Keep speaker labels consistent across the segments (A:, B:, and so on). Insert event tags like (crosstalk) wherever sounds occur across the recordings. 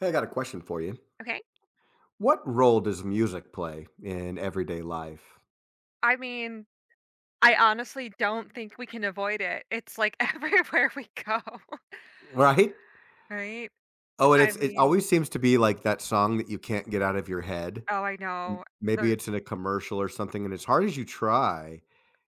A: Hey, I got a question for you.
B: Okay.
A: What role does music play in everyday life?
B: I mean, I honestly don't think we can avoid it. It's like (laughs) everywhere we go, (laughs)
A: Right?
B: right?
A: Oh, and
B: I
A: it
B: mean,
A: always seems to be like that song that you can't get out of your head.
B: oh, I know.
A: Maybe
B: The,
A: it's in a commercial or something, and as hard as you try,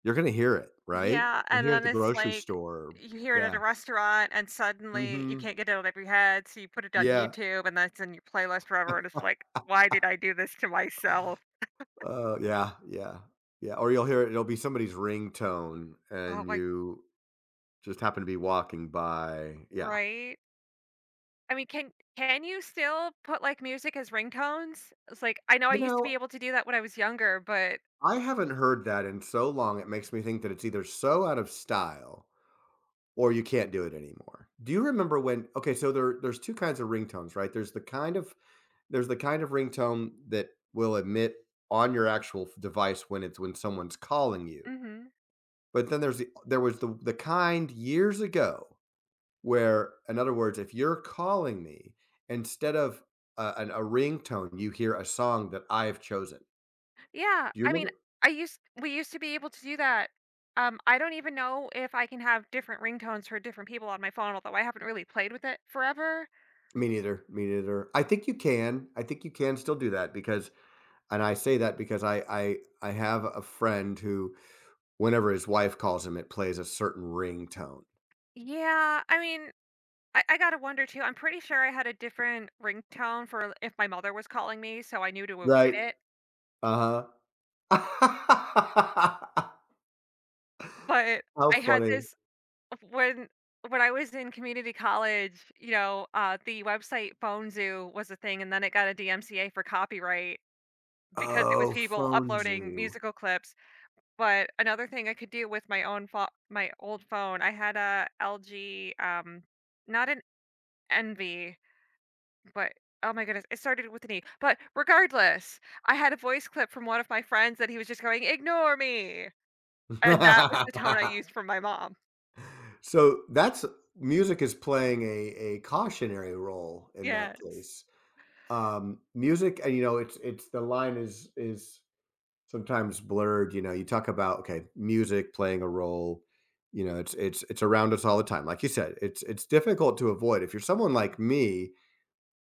A: you're gonna hear it, right?
B: yeah.
A: You
B: And
A: hear it at
B: then
A: the
B: it's
A: grocery
B: like
A: store.
B: you hear it at a
A: Yeah.
B: restaurant and suddenly you
A: hmm
B: can't get it out of your head. So you put it on
A: Yeah.
B: YouTube and that's in your playlist forever. And it's like, why did I do this to myself?
A: Yeah. Yeah. Yeah. Or you'll hear it. It'll be somebody's ringtone,
B: Oh,
A: and
B: like,
A: you just happen to be walking by. Yeah.
B: right. I mean, can you still put like music as ringtones? It's like I know I
A: You
B: used to
A: know,
B: be able to do that when I was younger, but
A: I haven't heard that in so long, it makes me think that it's either so out of style or you can't do it anymore. Do you remember when okay, so there's 2 kinds of ringtones, right? There's the kind of ringtone that will emit on your actual f device when it's when someone's calling you.
B: mhm.
A: But then there was the kind years ago where, in other words, if you're calling me, instead of a ringtone, you hear a song that I've chosen.
B: Yeah,
A: Do you
B: I mean,
A: remember?
B: I used we used to be able to do that. I don't even know if I can have different ringtones for different people on my phone, although I haven't really played with it forever.
A: Me neither. Me neither. I think you can. I think you can still do that because, and I say that because I have a friend who, whenever his wife calls him, it plays a certain ringtone.
B: Yeah, I mean, I gotta wonder too. I'm pretty sure I had a different ringtone for if my mother was calling me, so I knew to avoid
A: Right.
B: it.
A: Uh huh. (laughs)
B: But
A: How
B: I had
A: funny.
B: this when when I was in community college, you know, the website Phone Zoo was a thing, and then it got a DMCA for copyright because it was
A: Oh,
B: people
A: phone
B: uploading
A: zoo.
B: musical clips. But another thing I could do with my own pho my old phone, I had a LG, not an Envy, but oh my goodness, it started with an E. But regardless, I had a voice clip from one of my friends that he was just going, "Ignore me," and that was
A: (laughs)
B: the tone I used from my mom.
A: So that's music is playing a cautionary role in that
B: Yes.
A: case. Music, and you know, it's the line is sometimes blurred. You know, you talk about okay, music playing a role. You know, it's around us all the time. Like you said, it's difficult to avoid. If you're someone like me,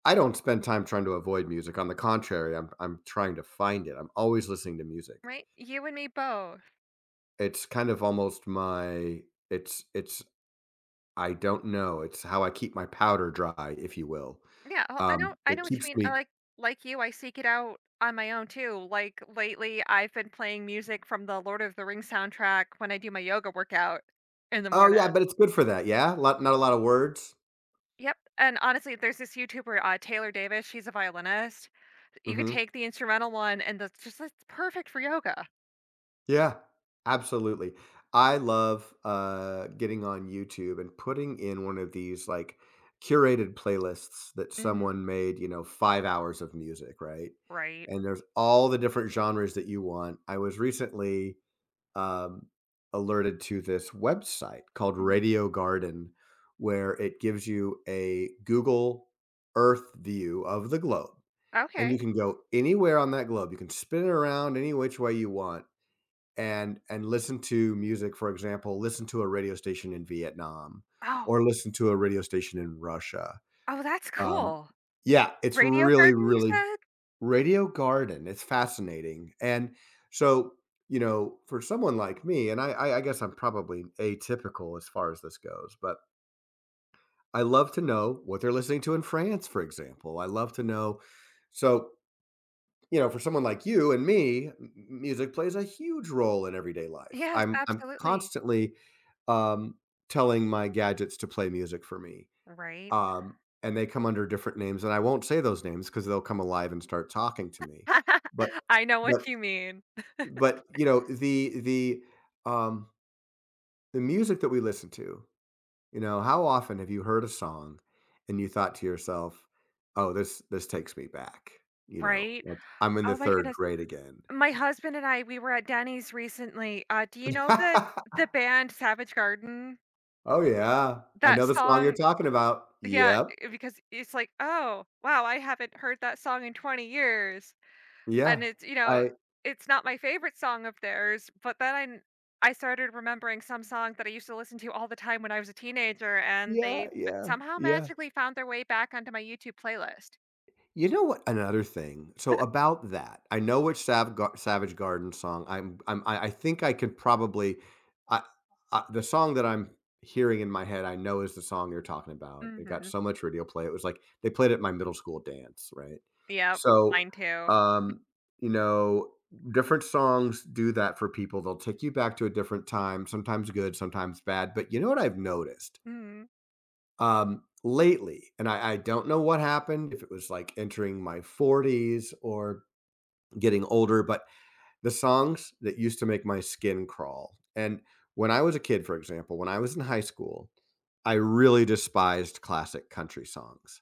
A: I don't spend time trying to avoid music. On the contrary, I'm trying to find it. I'm always listening to music.
B: Right? You and me both.
A: It's kind of almost my it's I don't know, it's how I keep my powder dry, if you will.
B: Yeah, oh, I
A: It
B: know what you
A: keeps
B: mean. I
A: me.
B: Like you, I seek it out on my own too. Like, lately, I've been playing music from the Lord of the Rings soundtrack when I do my yoga workout in the
A: Oh yeah,
B: morning.
A: but it's good for that. Yeah, not a lot of words.
B: Yep, and honestly, there's this YouTuber, Taylor Davis, she's a violinist. You could
A: hmm
B: take the instrumental one, and that's just it's perfect for yoga.
A: Yeah, absolutely. I love getting on YouTube and putting in one of these like curated playlists that
B: Mhm.
A: someone made, you know, 5 hours of music, right?
B: Right.
A: And there's all the different genres that you want. I was recently um, alerted to this website called
B: Mhm.
A: Radio Garden, where it gives you a Google Earth view of the globe. And you
B: Okay.
A: can go anywhere on that globe. You can spin it around any which way you want and listen to music, for example, listen to a radio station in Vietnam
B: Oh.
A: or listen to a radio station in Russia.
B: Oh, that's
A: Um,
B: cool.
A: yeah, it's
B: Radio
A: really,
B: Garden, you
A: really.
B: said?
A: Radio Garden. It's fascinating. And so, you know, for someone like me, and I guess I'm probably atypical as far as this goes, but I love to know what they're listening to in France, for example. I love to know. So you know, for someone like you and me, m music plays a huge role in everyday life.
B: Yes,
A: I'm
B: absolutely.
A: constantly, um, telling my gadgets to play music for me,
B: Right?
A: um, and they come under different names, and I won't say those names because 'cause they'll come alive and start talking to me.
B: (laughs)
A: But
B: I know what
A: but
B: you mean.
A: but, you know, um, the music that we listen to, you know, how often have you heard a song and you thought to yourself, "Oh, this takes me back," you know,
B: Right?
A: like, "I'm in the
B: Oh my
A: 3rd
B: goodness.
A: grade again."
B: My husband and I, we were at Denny's recently. Do you know that the
A: (laughs)
B: band Savage Garden?
A: Oh, yeah. I
B: That
A: know the song you're
B: song.
A: talking about.
B: Yeah,
A: Yep.
B: I because it's like, "Oh, wow, I haven't heard that song in 20 years." And
A: Yeah.
B: it's, you know,
A: I
B: it's not my favorite song of theirs, but then I n I started remembering some song that I used to listen to all the time when I was a teenager, and
A: Yeah,
B: they
A: yeah,
B: somehow
A: yeah.
B: magically found their way back onto my YouTube playlist.
A: You know what? Another thing. So about that, I know which Savage Garden song. I think I could probably. I, I The song that I'm hearing in my head, I know is the song you're talking about. It got
B: Mhm.
A: so much radio play. It was like they played it at my middle school dance, right?
B: Yep,
A: So,
B: mine too.
A: um, you know, different songs do that for people. They'll take you back to a different time. Sometimes good, sometimes bad. But you know what I've noticed
B: Mhm.
A: lately, and I don't know what happened, if it was, like, entering my 40s or getting older, but the songs that used to make my skin crawl, and when I was a kid, for example, when I was in high school, I really despised classic country songs.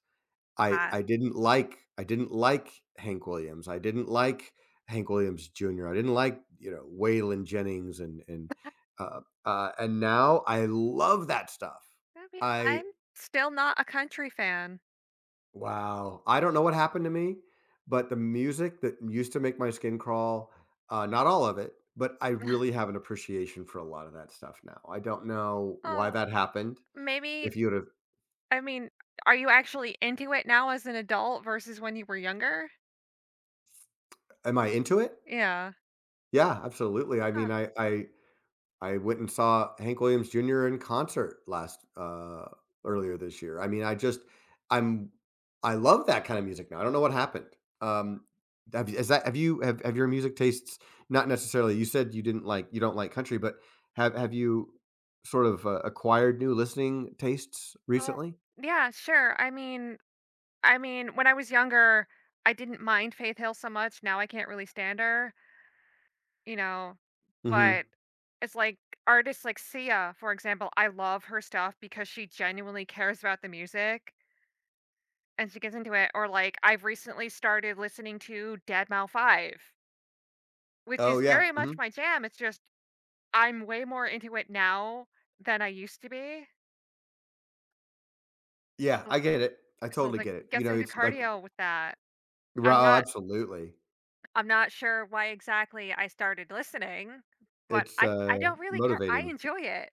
A: I
B: Ah,
A: I didn't like I didn't like Hank Williams, I didn't like Hank Williams Jr., I didn't like, you know, Waylon Jennings and and now I love that stuff. I
B: I'm still not a country fan.
A: Wow. I don't know what happened to me, but the music that used to make my skin crawl, not all of it, but I really
B: (laughs)
A: have an appreciation for a lot of that stuff now. I don't know why
B: Oh,
A: that happened.
B: maybe
A: If you would have,
B: I mean, are you actually into it now as an adult versus when you were younger?
A: am I into it?
B: Yeah.
A: Yeah, absolutely. I
B: Huh.
A: mean, I went and saw Hank Williams Jr. in concert last earlier this year. I mean, I just I'm I love that kind of music now. I don't know what happened. Um, have is that have you have your music tastes not necessarily? You said you don't like country, but have you sort of acquired new listening tastes
B: Uh,
A: recently?
B: yeah, sure. When I was younger, I didn't mind Faith Hill so much. Now I can't really stand her, you know.
A: hmm
B: But it's like artists like Sia, for example. I love her stuff because she genuinely cares about the music and she gets into it. Or like I've recently started listening to Dead Mouse Five, which
A: Oh
B: is
A: yeah,
B: very much my jam. It's just I'm way more into it now than I used to be.
A: yeah.
B: So,
A: I get it. I
B: so it's
A: totally
B: like
A: get it. You
B: get
A: know,
B: some good
A: it's like
B: cardio with that. I'm
A: raw.
B: not
A: Absolutely,
B: I'm not sure why exactly I started listening, but
A: it's
B: I don't really care. I
A: motivating.
B: enjoy it.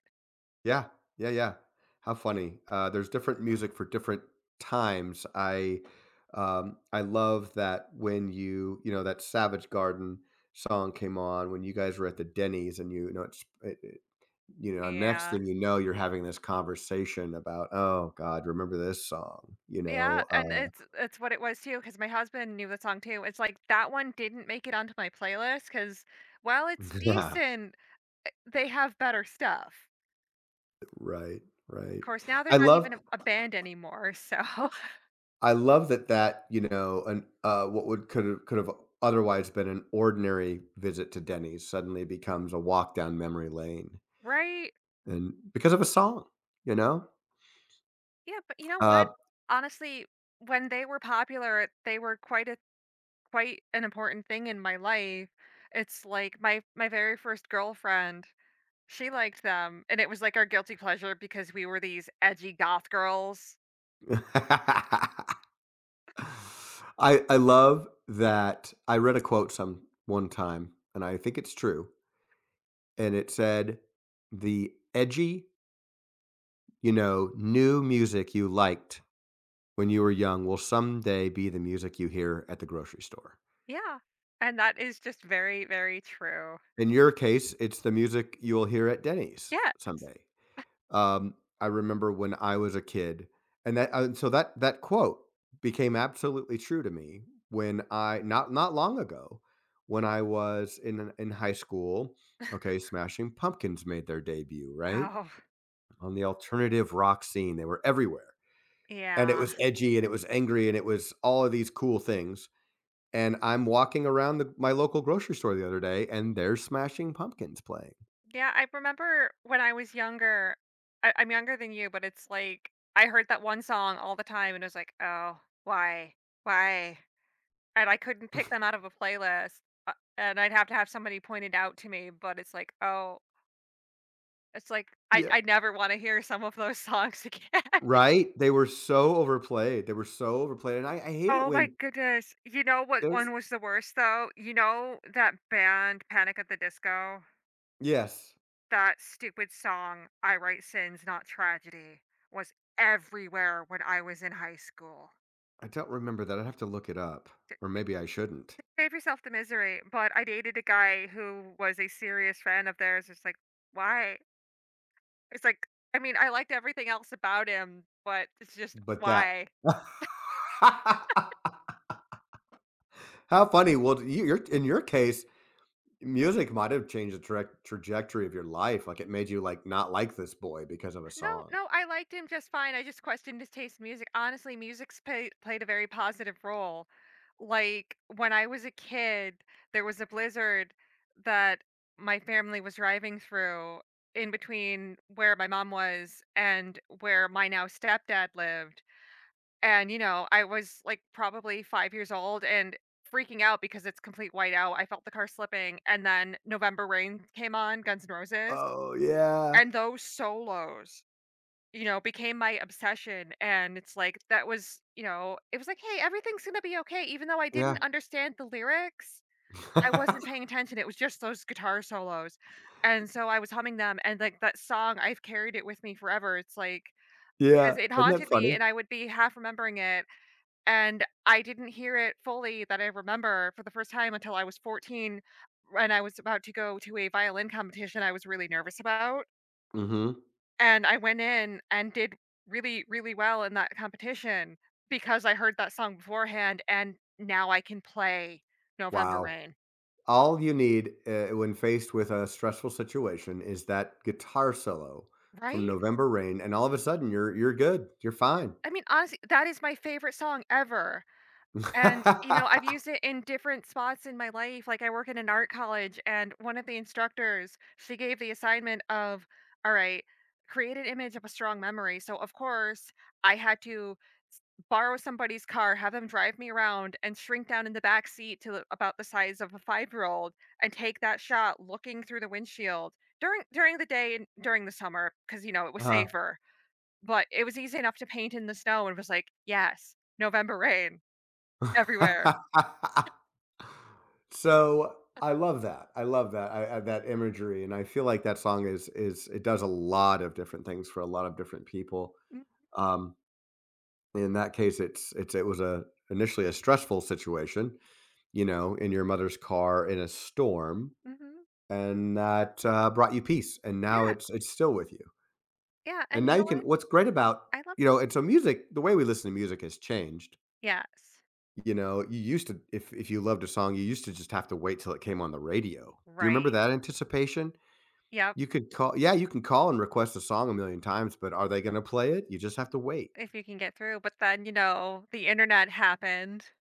A: Yeah. Yeah, yeah. How funny. There's different music for different times. I love that when you know that Savage Garden song came on when you guys were at the Denny's and you know you know, next
B: Yeah.
A: thing you know you're having this conversation about oh God, remember this song, you
B: Yeah,
A: know,
B: and it's what it was too, because my husband knew the song too. It's like that one didn't make it onto my playlist because, while it's
A: (laughs) yeah
B: decent, they have better stuff.
A: right right.
B: Of course, now they're
A: I
B: not
A: love
B: even a band anymore, so (laughs)
A: I love that that, you know, an what would could have otherwise been an ordinary visit to Denny's suddenly becomes a walk down memory lane,
B: right?
A: and because of a song, you know?
B: Yeah, but you know
A: Uh
B: what? Honestly, when they were popular, they were quite an important thing in my life. It's like my very first girlfriend, she liked them and it was like our guilty pleasure because we were these edgy goth girls.
A: (laughs) I love that. I read a quote some one time, and I think it's true, and it said, "The edgy, you know, new music you liked when you were young will someday be the music you hear at the grocery store."
B: Yeah. And that is just very very true.
A: In your case, it's the music you'll hear at Denny's
B: Yes.
A: someday. Um, I remember when I was a kid, and that that quote became absolutely true to me when I not long ago when I was in high school. Okay, Smashing Pumpkins made their debut right
B: Oh,
A: on the alternative rock scene. They were everywhere, and it
B: yeah.
A: was edgy, and it was angry, and it was all of these cool things. And I'm walking around my local grocery store the other day, and there's Smashing Pumpkins playing.
B: Yeah, I remember when I was younger. I'm younger than you, but it's like I heard that one song all the time and it was like, "Oh, why? Why?" And I couldn't pick them out of a playlist, and I'd have to have somebody point it out to me, but it's like, oh it's like,
A: Yeah.
B: I never wanna hear some of those songs again. (laughs)
A: Right? They were so overplayed. They were so overplayed, and I hate it
B: Oh my
A: when
B: goodness. You know what
A: there's
B: one was the worst though? You know that band Panic at the Disco?
A: Yes.
B: That stupid song, I Write Sins, Not Tragedy, was everywhere when I was in high school.
A: I don't remember that, I'd have to look it up,
B: D-
A: or maybe I shouldn't,
B: Save yourself the misery, but I dated a guy who was a serious fan of theirs. It's like, why? It's like, I mean, I liked everything else about him, but it's just
A: but that
B: why?
A: (laughs) How funny. Well, d you your in your case, music might have changed the trac trajectory of your life, like, it made you, like, not like this boy because of a
B: No,
A: song.
B: no, I liked him just fine. I just questioned his taste in music. Honestly, played a very positive role. Like when I was a kid, there was a blizzard that my family was driving through in between where my mom was and where my now stepdad lived. And, you know, I was, like, probably 5 years old and freaking out because it's complete whiteout, I felt the car slipping, and then November Rain came on, Guns N' Roses,
A: Oh, yeah.
B: and those solos, you know, became my obsession, and it's like, that was you know, it was like, "Hey, everything's gonna be okay," even though I
A: Yeah.
B: didn't understand the lyrics, I wasn't
A: (laughs)
B: paying attention, it was just those guitar solos, and so I was humming them, and, like, that song, I've carried it with me forever, it's like
A: Yeah.
B: because it
A: Isn't that
B: haunted me,
A: funny?
B: and I would be half remembering it and I didn't hear it fully that I remember for the first time until I was 14 and I was about to go to a violin competition I was really nervous about.
A: Mhm.
B: And I went in and did really, really well in that competition because I heard that song beforehand and now I can play November
A: Wow.
B: Rain.
A: All you need, when faced with a stressful situation is that guitar solo from
B: Right?
A: November Rain, and all of a sudden you're good, you're fine.
B: I mean, honestly, that is my favorite song ever. And, you know, I've
A: (laughs)
B: used it in different spots in my life. Like, I work in an art college, and one of the instructors, she gave the assignment of, all right, create an image of a strong memory. So, of course, I had to s- borrow somebody's car, have them drive me around, and shrink down in the back seat to about the size of a 5-year old and take that shot looking through the windshield during the day and during the summer because you know it was
A: uh
B: safer, but it was easy enough to paint in the snow and it was like yes, November Rain everywhere.
A: (laughs) So, I love that, I love that, I that imagery, and I feel like that song is it does a lot of different things for a lot of different people.
B: Mm,
A: Um, in that case, it's it was a initially a stressful situation, you know, in your mother's car in a storm.
B: mhm.
A: And that brought you peace, and now
B: Yeah,
A: it's still with you.
B: yeah,
A: And
B: and
A: now
B: you know
A: you can.
B: what?
A: What's great about
B: I love
A: you know, and so music, the way we listen to music has changed.
B: yes.
A: You know, you used to, if you loved a song, you used to just have to wait till it came on the radio. Do you remember
B: Right.
A: that anticipation?
B: Yep,
A: You could call, yeah, you can call and request a song a million times, but are they going to play it? You just have to wait.
B: if you can get through, but then, you know, the internet happened,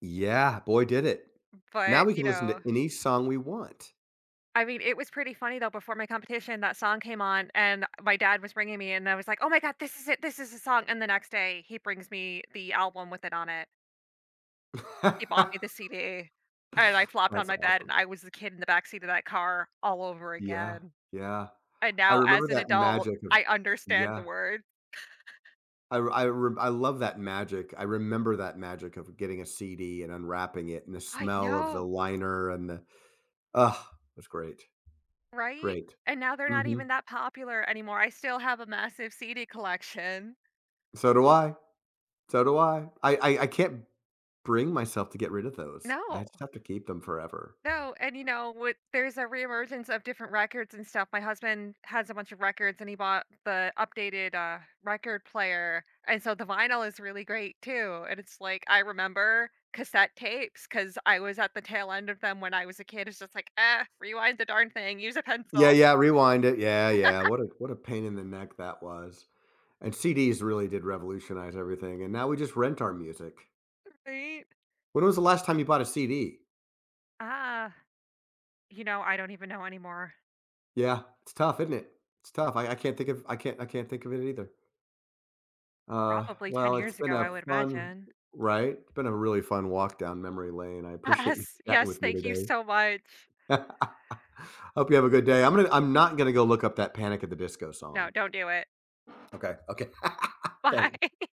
A: Yeah, boy, did it.
B: but,
A: Now we can
B: you
A: listen
B: know
A: to any song we want.
B: I mean, it was pretty funny, though, before my competition, that song came on, and my dad was bringing me, and I was like, "Oh my god, this is it, this is the song," and the next day, he brings me the album with it on it. He bought
A: (laughs)
B: me the CD, and I flopped on
A: That's
B: my bed, and
A: awesome.
B: I was the kid in the backseat of that car all over
A: Yeah,
B: again,
A: yeah.
B: and
A: I
B: now
A: remember
B: as an
A: that
B: adult,
A: magic of
B: I understand the
A: yeah.
B: words.
A: I love that magic. I remember that magic of getting a CD and unwrapping it and the
B: I
A: smell of the
B: know.
A: liner and the ah, it was great,
B: Right?
A: great.
B: And now they're not
A: Mhm.
B: even that popular anymore. I still have a massive CD collection.
A: So do I, I can't bring myself to get rid of those. I
B: No.
A: just have to keep them forever.
B: No, and, you know, with there's a reemergence of different records and stuff. My husband has a bunch of records, and he bought the updated, record player, and so the vinyl is really great too, and it's like, I remember cassette tapes because I was at the tail end of them when I was a kid. It's just like, "Eh, rewind the darn thing, use a
A: Yeah,
B: pencil."
A: yeah, rewind it. Yeah, yeah. What a pain in the neck that was. And CDs really did revolutionize everything, and now we just rent our music.
B: Right?
A: When was the last time you bought a CD?
B: Ah, you know, I don't even know anymore.
A: Yeah, it's tough, isn't it? It's tough. I can't think of it either.
B: Probably 10
A: Well, it's
B: years
A: been
B: ago,
A: a
B: I would
A: fun
B: imagine.
A: right? It's been a really fun walk down memory lane. I appreciate you
B: Yes,
A: (laughs) chatting
B: yes,
A: with me
B: thank you
A: today.
B: so much.
A: (laughs) Hope you have a good day. I'm not gonna go look up that Panic at the Disco
B: No,
A: song.
B: don't do it.
A: Okay, okay.
B: (laughs)
A: (laughs) Thanks.
B: Bye.